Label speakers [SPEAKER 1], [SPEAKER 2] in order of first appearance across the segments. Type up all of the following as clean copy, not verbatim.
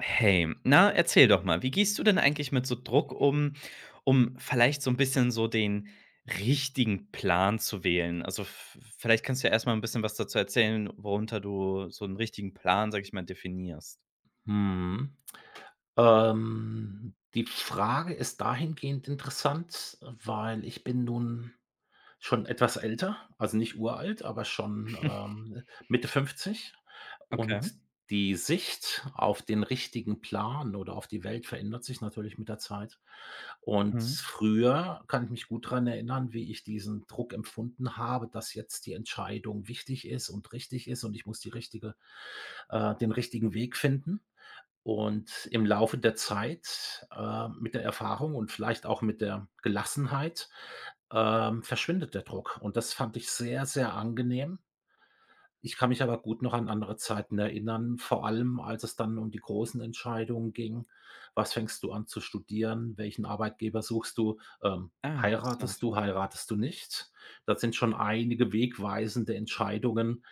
[SPEAKER 1] Hey, na, erzähl doch mal, wie gehst du denn eigentlich mit so Druck um, um vielleicht so ein bisschen so den richtigen Plan zu wählen? Also, v vielleicht kannst du ja erst mal 'n bisschen was dazu erzählen, worunter du so einen richtigen Plan, sag ich mal, definierst.
[SPEAKER 2] Mhm. Die Frage ist dahingehend interessant, weil ich bin nun schon etwas älter, also nicht uralt, aber schon, Mitte 50,
[SPEAKER 1] Okay.
[SPEAKER 2] und die Sicht auf den richtigen Plan oder auf die Welt verändert sich natürlich mit der Zeit. Und
[SPEAKER 1] Mhm.
[SPEAKER 2] früher kann ich mich gut daran erinnern, wie ich diesen Druck empfunden habe, dass jetzt die Entscheidung wichtig ist und richtig ist und ich muss die richtige den richtigen Weg finden. Und im Laufe der Zeit, mit der Erfahrung und vielleicht auch mit der Gelassenheit, verschwindet der Druck. Und das fand ich sehr, sehr angenehm. Ich kann mich aber gut noch an andere Zeiten erinnern, vor allem als es dann um die großen Entscheidungen ging. Was fängst du an zu studieren? Welchen Arbeitgeber suchst du?
[SPEAKER 1] Ah,
[SPEAKER 2] Heiratest du,
[SPEAKER 1] interessant.
[SPEAKER 2] heiratest du nicht? Das sind schon einige wegweisende Entscheidungen,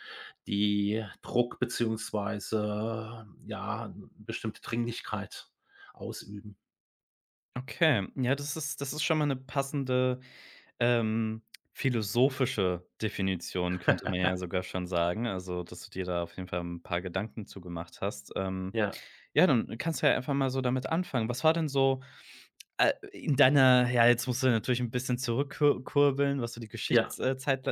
[SPEAKER 2] die Druck beziehungsweise, ja, bestimmte Dringlichkeit ausüben.
[SPEAKER 1] Okay. Ja, das ist schon mal eine passende, ähm, philosophische Definition, könnte man ja sogar schon sagen. Also, dass du dir da auf jeden Fall ein paar Gedanken zu gemacht hast.
[SPEAKER 2] Ja,
[SPEAKER 1] Ja, dann kannst du ja einfach mal so damit anfangen. Was war denn so, in deiner ja, jetzt musst du natürlich ein bisschen zurückkur was so die
[SPEAKER 2] ja,
[SPEAKER 1] Geschichtszeitleiste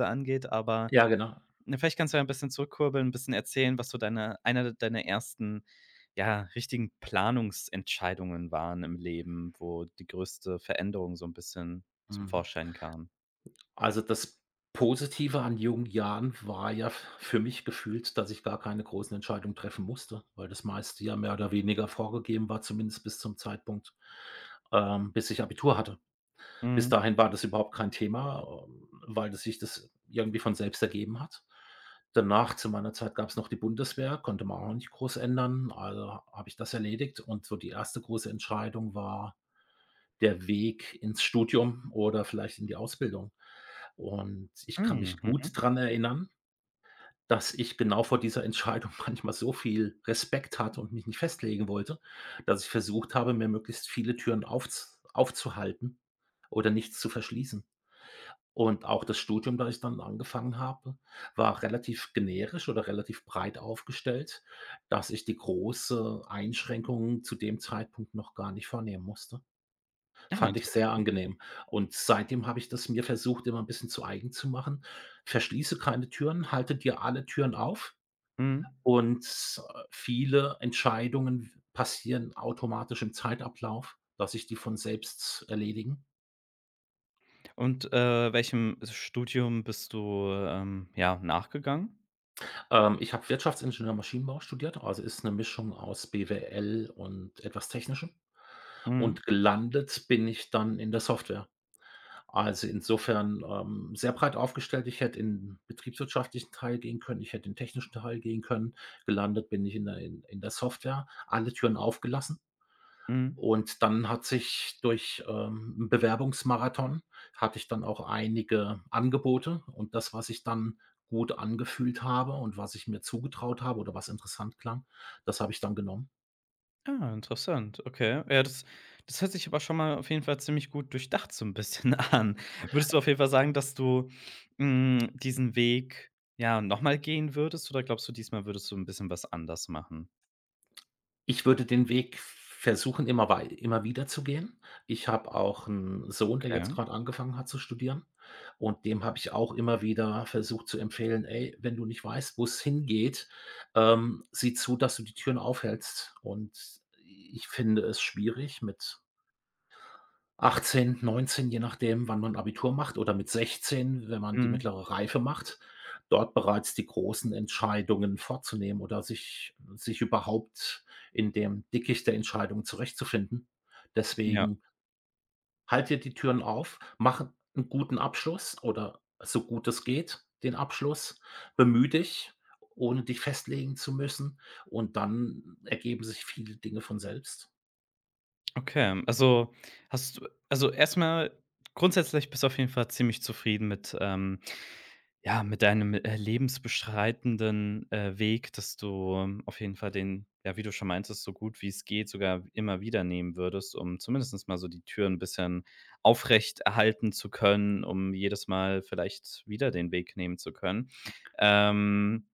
[SPEAKER 1] angeht, aber,
[SPEAKER 2] ja, genau.
[SPEAKER 1] ne, vielleicht kannst du ja ein bisschen zurückkurbeln, ein bisschen erzählen, was so deine einer deiner ersten, ja, richtigen Planungsentscheidungen waren im Leben, wo die größte Veränderung so ein bisschen zum
[SPEAKER 2] Mhm.
[SPEAKER 1] Vorschein kam.
[SPEAKER 2] Also, das Positive an jungen Jahren war ja f für mich gefühlt, dass ich gar keine großen Entscheidungen treffen musste, weil das meiste ja mehr oder weniger vorgegeben war, zumindest bis zum Zeitpunkt, bis ich Abitur hatte. Bis
[SPEAKER 1] Mhm.
[SPEAKER 2] dahin war das überhaupt kein Thema, weil das sich das irgendwie von selbst ergeben hat. Danach, zu meiner Zeit, gab's noch die Bundeswehr, konnte man auch nicht groß ändern, also habe ich das erledigt. Und so die erste große Entscheidung war der Weg ins Studium oder vielleicht in die Ausbildung. Und ich kann
[SPEAKER 1] Mhm,
[SPEAKER 2] mich gut
[SPEAKER 1] mhm.
[SPEAKER 2] dran erinnern, dass ich genau vor dieser Entscheidung manchmal so viel Respekt hatte und mich nicht festlegen wollte, dass ich versucht habe, mir möglichst viele Türen aufzuhalten oder nichts zu verschließen. Und auch das Studium, das ich dann angefangen habe, war relativ generisch oder relativ breit aufgestellt, dass ich die große Einschränkung zu dem Zeitpunkt noch gar nicht vornehmen musste.
[SPEAKER 1] Ja,
[SPEAKER 2] Fand ich sehr
[SPEAKER 1] interessant.
[SPEAKER 2] angenehm. Und seitdem habe ich das mir versucht, immer ein bisschen zu eigen zu machen. Verschließe keine Türen, halte dir alle Türen auf
[SPEAKER 1] Mhm.
[SPEAKER 2] und, viele Entscheidungen passieren automatisch im Zeitablauf, dass sich die von selbst erledigen.
[SPEAKER 1] Und, welchem Studium bist du, ja, nachgegangen?
[SPEAKER 2] Ich habe Wirtschaftsingenieur Maschinenbau studiert, also ist 'ne Mischung aus BWL und etwas Technischem.
[SPEAKER 1] Mhm.
[SPEAKER 2] Und gelandet bin ich dann in der Software. Also, insofern, sehr breit aufgestellt. Ich hätte in 'n betriebswirtschaftlichen Teil gehen können, ich hätte in 'n technischen Teil gehen können. Gelandet bin ich in der in der Software, alle Türen aufgelassen.
[SPEAKER 1] Mhm.
[SPEAKER 2] Und dann hat sich durch, 'n Bewerbungsmarathon hatte ich dann auch einige Angebote und das, was ich dann gut angefühlt habe und was ich mir zugetraut habe oder was interessant klang, das habe ich dann genommen.
[SPEAKER 1] Ah, interessant, okay. Ja, das hört sich aber schon mal auf jeden Fall ziemlich gut durchdacht so ein bisschen an. Würdest du auf jeden Fall sagen, dass du, diesen Weg, ja, noch mal gehen würdest oder glaubst du, diesmal würdest du ein bisschen was anders machen?
[SPEAKER 2] Ich würde den Weg versuchen, immer wieder zu gehen. Ich habe auch 'n Sohn, der jetzt
[SPEAKER 1] Okay.
[SPEAKER 2] grad angefangen hat zu studieren und dem habe ich auch immer wieder versucht zu empfehlen: „Ey, wenn du nicht weißt, wo's hingeht, sieh zu, dass du die Türen aufhältst.“ Und i ich finde es schwierig mit 18, 19, je nachdem, wann man Abitur macht oder mit 16, wenn man die
[SPEAKER 1] Mhm.
[SPEAKER 2] mittlere Reife macht, dort bereits die großen Entscheidungen vorzunehmen oder sich überhaupt in dem Dickicht der Entscheidungen zurechtzufinden.
[SPEAKER 1] Ja,
[SPEAKER 2] Deswegen halt dir die Türen auf, mach einen guten Abschluss oder so gut es geht, den Abschluss. Bemühe dich, ohne dich festlegen zu müssen, und dann ergeben sich viele Dinge von selbst.
[SPEAKER 1] okay. Also, erstmal grundsätzlich bist du auf jeden Fall ziemlich zufrieden mit, ja, mit deinem, lebensbeschreitenden, Weg, dass du auf jeden Fall den ja, wie du schon meintest, so gut wie es geht, sogar immer wieder nehmen würdest, um zumindest mal so die Tür 'n bisschen aufrecht erhalten zu können, um jedes Mal vielleicht wieder den Weg nehmen zu können. Ähm,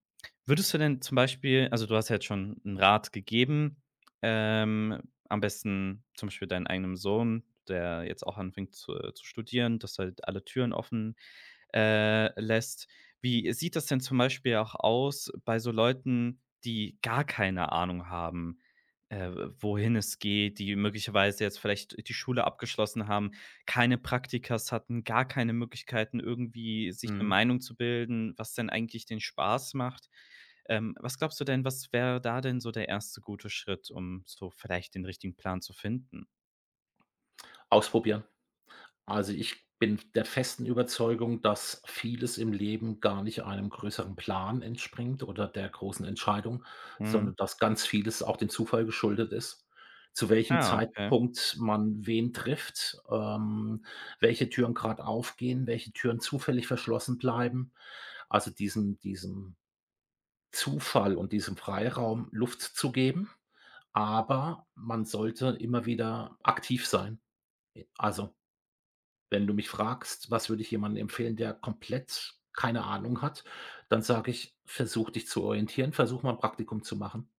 [SPEAKER 1] würdest du denn zum Beispiel also, du hast ja jetzt schon einen Rat gegeben, ähm, am besten zum Beispiel deinem eigenen Sohn, der jetzt auch anfängt zu studieren, dass halt alle Türen offen lässt. Wie sieht das denn zum Beispiel auch aus bei so Leuten, die gar keine Ahnung haben, äh, wohin es geht, die möglicherweise jetzt vielleicht die Schule abgeschlossen haben, keine Praktikas hatten, gar keine Möglichkeiten, irgendwie sich eine
[SPEAKER 2] Mhm.
[SPEAKER 1] Meinung zu bilden, was denn eigentlich den Spaß macht. Was glaubst du denn, was wäre da denn so der erste gute Schritt, um so vielleicht den richtigen Plan zu finden?
[SPEAKER 2] Ausprobieren. Also, ich bin der festen Überzeugung, dass vieles im Leben gar nicht einem größeren Plan entspringt oder der großen Entscheidung,
[SPEAKER 1] Mhm.
[SPEAKER 2] sondern dass ganz vieles auch dem Zufall geschuldet ist. Zu welchem
[SPEAKER 1] Ah, okay.
[SPEAKER 2] Zeitpunkt man wen trifft, welche Türen gerade aufgehen, welche Türen zufällig verschlossen bleiben. Also, diesem Zufall und diesem Freiraum Luft zu geben, aber man sollte immer wieder aktiv sein. E Also, wenn du mich fragst: „Was würde ich jemandem empfehlen, der komplett keine Ahnung hat?“ Dann sage ich: „Versuch dich zu orientieren, versuch mal ein Praktikum zu machen.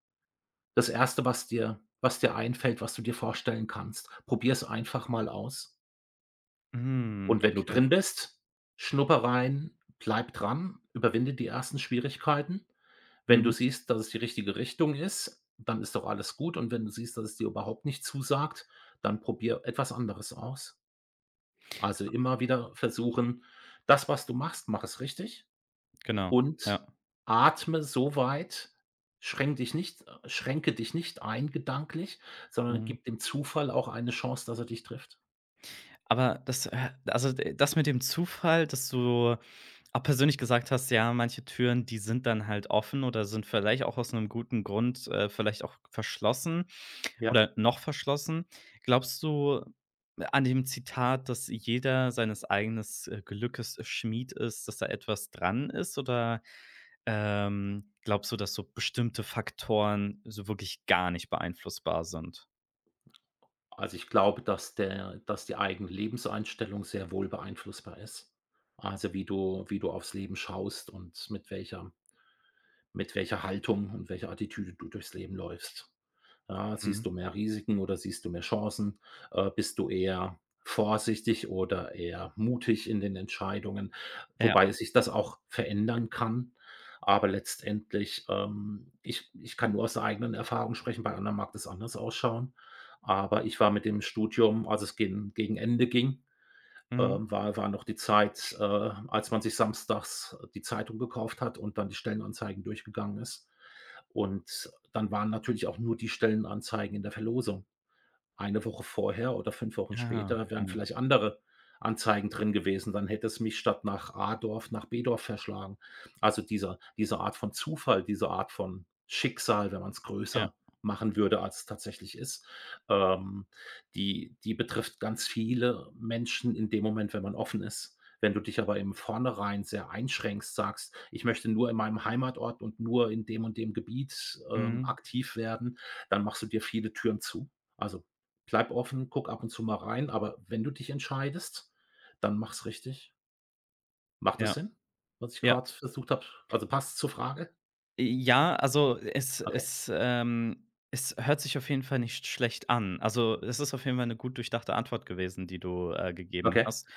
[SPEAKER 2] Das erste, was dir einfällt, was du dir vorstellen kannst. Probier es einfach mal aus.
[SPEAKER 1] Mhm,
[SPEAKER 2] Und wenn du
[SPEAKER 1] okay.
[SPEAKER 2] drin bist, schnupper rein, bleib dran, überwinde die ersten Schwierigkeiten. Wenn du
[SPEAKER 1] Mhm,
[SPEAKER 2] siehst, dass es die richtige Richtung ist, dann ist doch alles gut. Und wenn du siehst, dass es dir überhaupt nicht zusagt, dann probier etwas anderes aus.“ Also, immer wieder versuchen, das, was du machst, mach es richtig
[SPEAKER 1] genau,
[SPEAKER 2] und
[SPEAKER 1] ja.
[SPEAKER 2] atme so weit, schränke dich nicht ein gedanklich, sondern gib dem Zufall auch eine Chance, dass er dich trifft.
[SPEAKER 1] Aber das also, d das mit dem Zufall, dass du auch persönlich gesagt hast, ja, manche Türen, die sind dann halt offen oder sind vielleicht auch aus einem guten Grund, vielleicht auch verschlossen
[SPEAKER 2] Ja,
[SPEAKER 1] oder noch verschlossen. Glaubst du an dem Zitat, dass jeder seines eigenen Glückes Schmied ist, dass da etwas dran ist? Oder, glaubst du, dass so bestimmte Faktoren so wirklich gar nicht beeinflussbar sind?
[SPEAKER 2] also, ich glaube, dass die eigene Lebenseinstellung sehr wohl beeinflussbar ist. Also, wie du aufs Leben schaust und mit welcher Haltung und welcher Attitüde du durchs Leben läufst. Ja, siehst
[SPEAKER 1] Mhm.
[SPEAKER 2] du mehr Risiken oder siehst du mehr Chancen? Bist du eher vorsichtig oder eher mutig in den Entscheidungen?
[SPEAKER 1] Ja.
[SPEAKER 2] Wobei sich das auch verändern kann. Aber letztendlich, ich kann nur aus der eigenen Erfahrung sprechen, bei anderen mag das anders ausschauen. Aber ich war mit dem Studium, als es gen gegen Ende ging,
[SPEAKER 1] Mhm.
[SPEAKER 2] war noch die Zeit, als man sich samstags die Zeitung gekauft hat und dann die Stellenanzeigen durchgegangen ist. Und dann waren natürlich auch nur die Stellenanzeigen in der Verlosung. Eine Woche vorher oder 5 Wochen
[SPEAKER 1] Ah,
[SPEAKER 2] später wären
[SPEAKER 1] okay.
[SPEAKER 2] vielleicht andere Anzeigen drin gewesen. Dann hätte es mich statt nach A-Dorf nach B-Dorf verschlagen. Also, dieser diese Art von Zufall, diese Art von Schicksal, wenn man es
[SPEAKER 1] Ja.
[SPEAKER 2] größer machen würde, als es tatsächlich ist, ähm, die betrifft ganz viele Menschen in dem Moment, wenn man offen ist. Wenn du dich aber im Vornherein sehr einschränkst, sagst: „Ich möchte nur in meinem Heimatort und nur in dem und dem Gebiet,
[SPEAKER 1] Mhm.
[SPEAKER 2] aktiv werden“, dann machst du dir viele Türen zu. Also, bleib offen, guck ab und zu mal rein, aber wenn du dich entscheidest, dann mach's richtig. Macht das
[SPEAKER 1] Ja.
[SPEAKER 2] Sinn, was ich
[SPEAKER 1] Ja.
[SPEAKER 2] gerade versucht habe? Also, passt zur Frage?
[SPEAKER 1] Ja, also es
[SPEAKER 2] Okay,
[SPEAKER 1] es, ähm es hört sich auf jeden Fall nicht schlecht an. Also, es ist auf jeden Fall eine gut durchdachte Antwort gewesen, die du, gegeben
[SPEAKER 2] okay.
[SPEAKER 1] hast.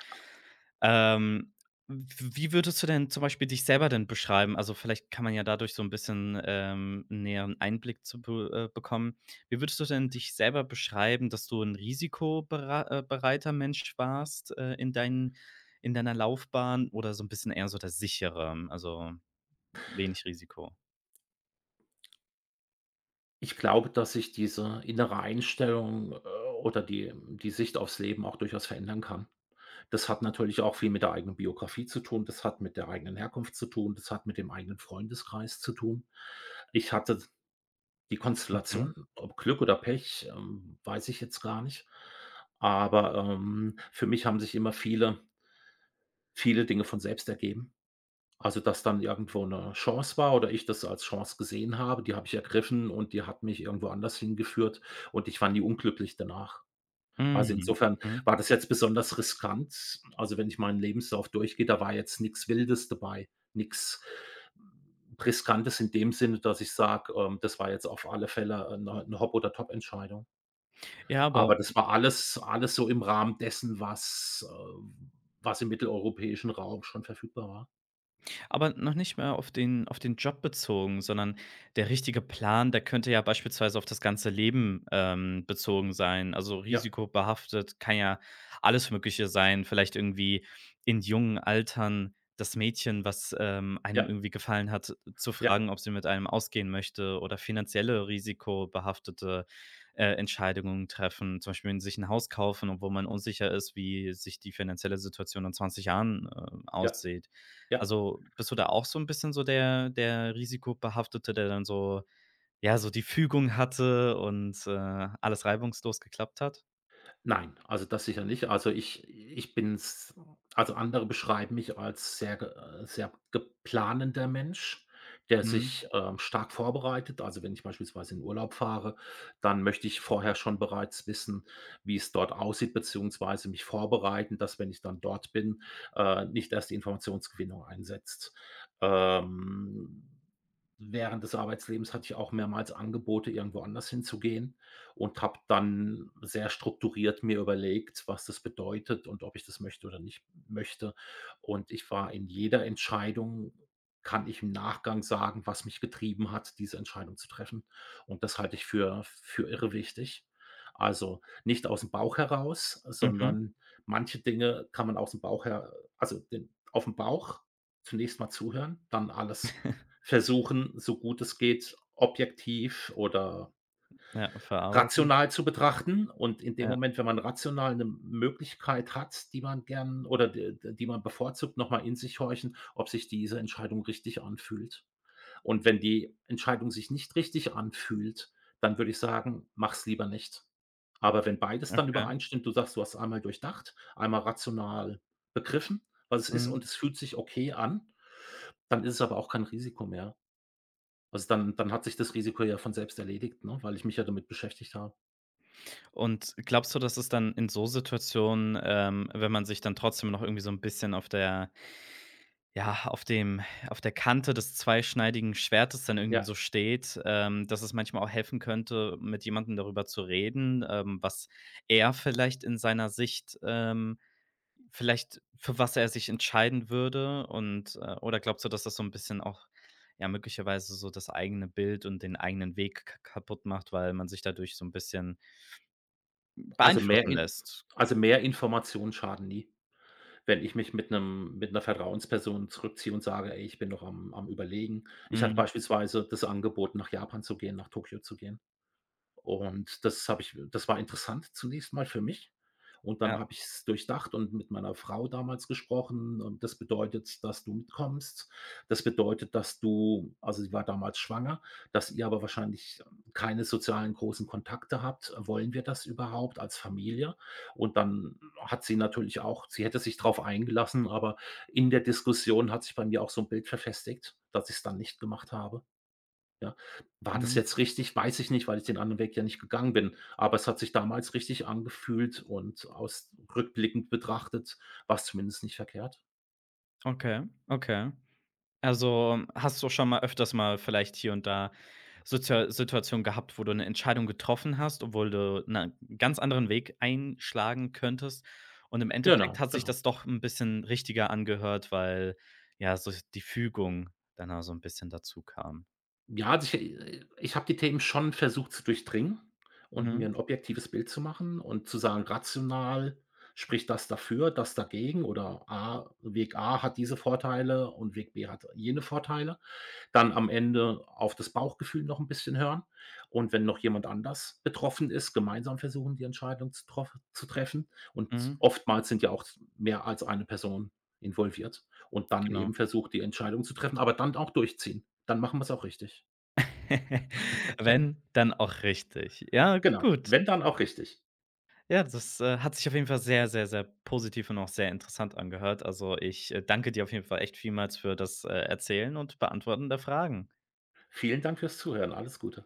[SPEAKER 1] Ähm, w wie würdest du denn zum Beispiel dich selber denn beschreiben? Also, vielleicht kann man ja dadurch so ein bisschen, einen näheren Einblick zu be bekommen. Wie würdest du denn dich selber beschreiben, dass du ein risikobera bereiter Mensch warst, in deinen in deiner Laufbahn oder so ein bisschen eher so der sichere, also wenig Risiko?
[SPEAKER 2] Ich glaube, dass sich diese innere Einstellung, oder die Sicht aufs Leben auch durchaus verändern kann. Das hat natürlich auch viel mit der eigenen Biografie zu tun, das hat mit der eigenen Herkunft zu tun, das hat mit dem eigenen Freundeskreis zu tun. Ich hatte die
[SPEAKER 1] Mhm.
[SPEAKER 2] Konstellation, ob Glück oder Pech, weiß ich jetzt gar nicht. Aber, für mich haben sich immer viele viele Dinge von selbst ergeben. Also, dass dann irgendwo 'ne Chance war oder ich das als Chance gesehen habe, die habe ich ergriffen und die hat mich irgendwo anders hingeführt und ich war nie unglücklich danach. Also,
[SPEAKER 1] Mhm,
[SPEAKER 2] insofern
[SPEAKER 1] mhm.
[SPEAKER 2] war das jetzt besonders riskant. Also, wenn ich meinen Lebenslauf durchgehe, da war jetzt nichts Wildes dabei, nichts Riskantes in dem Sinne, dass ich sage, das war jetzt auf alle Fälle eine 'ne Hop oder Top Entscheidung.
[SPEAKER 1] Ja, aber,
[SPEAKER 2] Aber das war alles so im Rahmen dessen, was im mitteleuropäischen Raum schon verfügbar war.
[SPEAKER 1] Aber noch nicht mehr auf den Job bezogen, sondern der richtige Plan, der könnte ja beispielsweise auf das ganze Leben, bezogen sein. Also,
[SPEAKER 2] Ja,
[SPEAKER 1] risikobehaftet kann ja alles Mögliche sein. Vielleicht irgendwie in jungen Altern das Mädchen, was, einem
[SPEAKER 2] ja,
[SPEAKER 1] irgendwie gefallen hat, zu
[SPEAKER 2] ja,
[SPEAKER 1] fragen, ob sie mit einem ausgehen möchte oder finanzielle risikobehaftete, Entscheidungen treffen. Zum Beispiel sich ein Haus kaufen, obwohl man unsicher ist, wie sich die finanzielle Situation in 20 Jahren,
[SPEAKER 2] ja,
[SPEAKER 1] aussieht.
[SPEAKER 2] ja.
[SPEAKER 1] Also, bist du da auch so ein bisschen so der Risikobehaftete, der dann so ja, so die Fügung hatte und, alles reibungslos geklappt hat?
[SPEAKER 2] Nein, also das sicher nicht. Also ich bin's, also andere beschreiben mich als sehr geplanender Mensch, der
[SPEAKER 1] Mhm.
[SPEAKER 2] sich, stark vorbereitet. Also wenn ich beispielsweise in Urlaub fahre, dann möchte ich vorher schon bereits wissen, wie es dort aussieht, beziehungsweise mich vorbereiten, dass, wenn ich dann dort bin, nicht erst die Informationsgewinnung einsetzt. Ähm Während des Arbeitslebens hatte ich auch mehrmals Angebote, irgendwo anders hinzugehen, und habe dann sehr strukturiert mir überlegt, was das bedeutet und ob ich das möchte oder nicht möchte. Und ich war in jeder Entscheidung, kann ich im Nachgang sagen, was mich getrieben hat, diese Entscheidung zu treffen. Und das halte ich für irre wichtig. Also, nicht aus dem Bauch heraus,
[SPEAKER 1] Mhm.
[SPEAKER 2] sondern manche Dinge kann man aus dem Bauch her also, den auf dem Bauch zunächst mal zuhören, dann alles versuchen, so gut es geht, objektiv oder
[SPEAKER 1] Ja, verarbeiten.
[SPEAKER 2] rational zu betrachten. Und in dem
[SPEAKER 1] Ja,
[SPEAKER 2] Moment, wenn man rational eine Möglichkeit hat, die man gern oder d die man bevorzugt, nochmal in sich horchen, ob sich diese Entscheidung richtig anfühlt. Und wenn die Entscheidung sich nicht richtig anfühlt, dann würde ich sagen, mach's lieber nicht. Aber wenn beides dann
[SPEAKER 1] okay.
[SPEAKER 2] übereinstimmt, du sagst, du hast einmal durchdacht, einmal rational begriffen, was es ist,
[SPEAKER 1] Mhm.
[SPEAKER 2] und es fühlt sich okay an, dann ist es aber auch kein Risiko mehr. Also, dann dann hat sich das Risiko ja von selbst erledigt, ne, weil ich mich ja damit beschäftigt habe.
[SPEAKER 1] Und glaubst du, dass es dann in so Situationen, wenn man sich dann trotzdem noch irgendwie so ein bisschen auf der ja, auf dem auf der Kante des zweischneidigen Schwertes dann irgendwie
[SPEAKER 2] Ja,
[SPEAKER 1] so steht, dass es manchmal auch helfen könnte, mit jemandem darüber zu reden, was er vielleicht in seiner Sicht vielleicht für was er sich entscheiden würde und oder glaubst du, dass das so ein bisschen auch, ja, möglicherweise so das eigene Bild und den eigenen Weg k kaputt macht, weil man sich dadurch so ein bisschen
[SPEAKER 2] also, mehr
[SPEAKER 1] beeinflussen
[SPEAKER 2] in
[SPEAKER 1] lässt?
[SPEAKER 2] also, mehr Informationen schaden nie. Wenn ich mich mit einer Vertrauensperson zurückziehe und sage: „Ey, ich bin noch am Überlegen.“ Ich hatte
[SPEAKER 1] Mhm.
[SPEAKER 2] beispielsweise das Angebot, nach Japan zu gehen, nach Tokio zu gehen. Und das habe ich, das war interessant zunächst mal für mich. Und dann
[SPEAKER 1] Ja.
[SPEAKER 2] habe ich es durchdacht und mit meiner Frau damals gesprochen, und das bedeutet, dass du mitkommst. Das bedeutet, dass du, also, sie war damals schwanger, dass ihr aber wahrscheinlich keine sozialen großen Kontakte habt. Wollen wir das überhaupt als Familie? Und dann hat sie natürlich auch, sie hätte sich darauf eingelassen, aber in der Diskussion hat sich bei mir auch so ein Bild verfestigt, dass ich es dann nicht gemacht habe. Ja. War das
[SPEAKER 1] Mhm.
[SPEAKER 2] jetzt richtig? Weiß ich nicht, weil ich den anderen Weg ja nicht gegangen bin. Aber es hat sich damals richtig angefühlt und aus rückblickend betrachtet war es zumindest nicht verkehrt.
[SPEAKER 1] Okay, okay. Also, hast du schon mal öfters mal vielleicht hier und da Sozial Situationen gehabt, wo du eine Entscheidung getroffen hast, obwohl du einen ganz anderen Weg einschlagen könntest und im Endeffekt
[SPEAKER 2] Genau,
[SPEAKER 1] hat sich
[SPEAKER 2] genau.
[SPEAKER 1] das doch ein bisschen richtiger angehört, weil, ja, so die Fügung dann auch so ein bisschen dazu kam.
[SPEAKER 2] Ja, also ich habe die Themen schon versucht zu durchdringen und
[SPEAKER 1] Mhm,
[SPEAKER 2] mir ein objektives Bild zu machen und zu sagen: „Rational spricht das dafür, das dagegen“ oder „A Weg A hat diese Vorteile und Weg B hat jene Vorteile.“ Dann am Ende auf das Bauchgefühl noch 'n bisschen hören und wenn noch jemand anders betroffen ist, gemeinsam versuchen, die Entscheidung zu troff zu treffen, und
[SPEAKER 1] mhm,
[SPEAKER 2] oftmals sind ja auch z mehr als eine Person involviert, und dann
[SPEAKER 1] genau.
[SPEAKER 2] eben versucht, die Entscheidung zu treffen, aber dann auch durchziehen. Dann machen wir's auch richtig.
[SPEAKER 1] Wenn, dann auch richtig. Ja,
[SPEAKER 2] Genau,
[SPEAKER 1] gut.
[SPEAKER 2] wenn, dann auch richtig.
[SPEAKER 1] Ja, das, hat sich auf jeden Fall sehr, sehr, sehr positiv und auch sehr interessant angehört. Also, ich, danke dir auf jeden Fall echt vielmals für das, Erzählen und Beantworten der Fragen.
[SPEAKER 2] Vielen Dank fürs Zuhören. Alles Gute.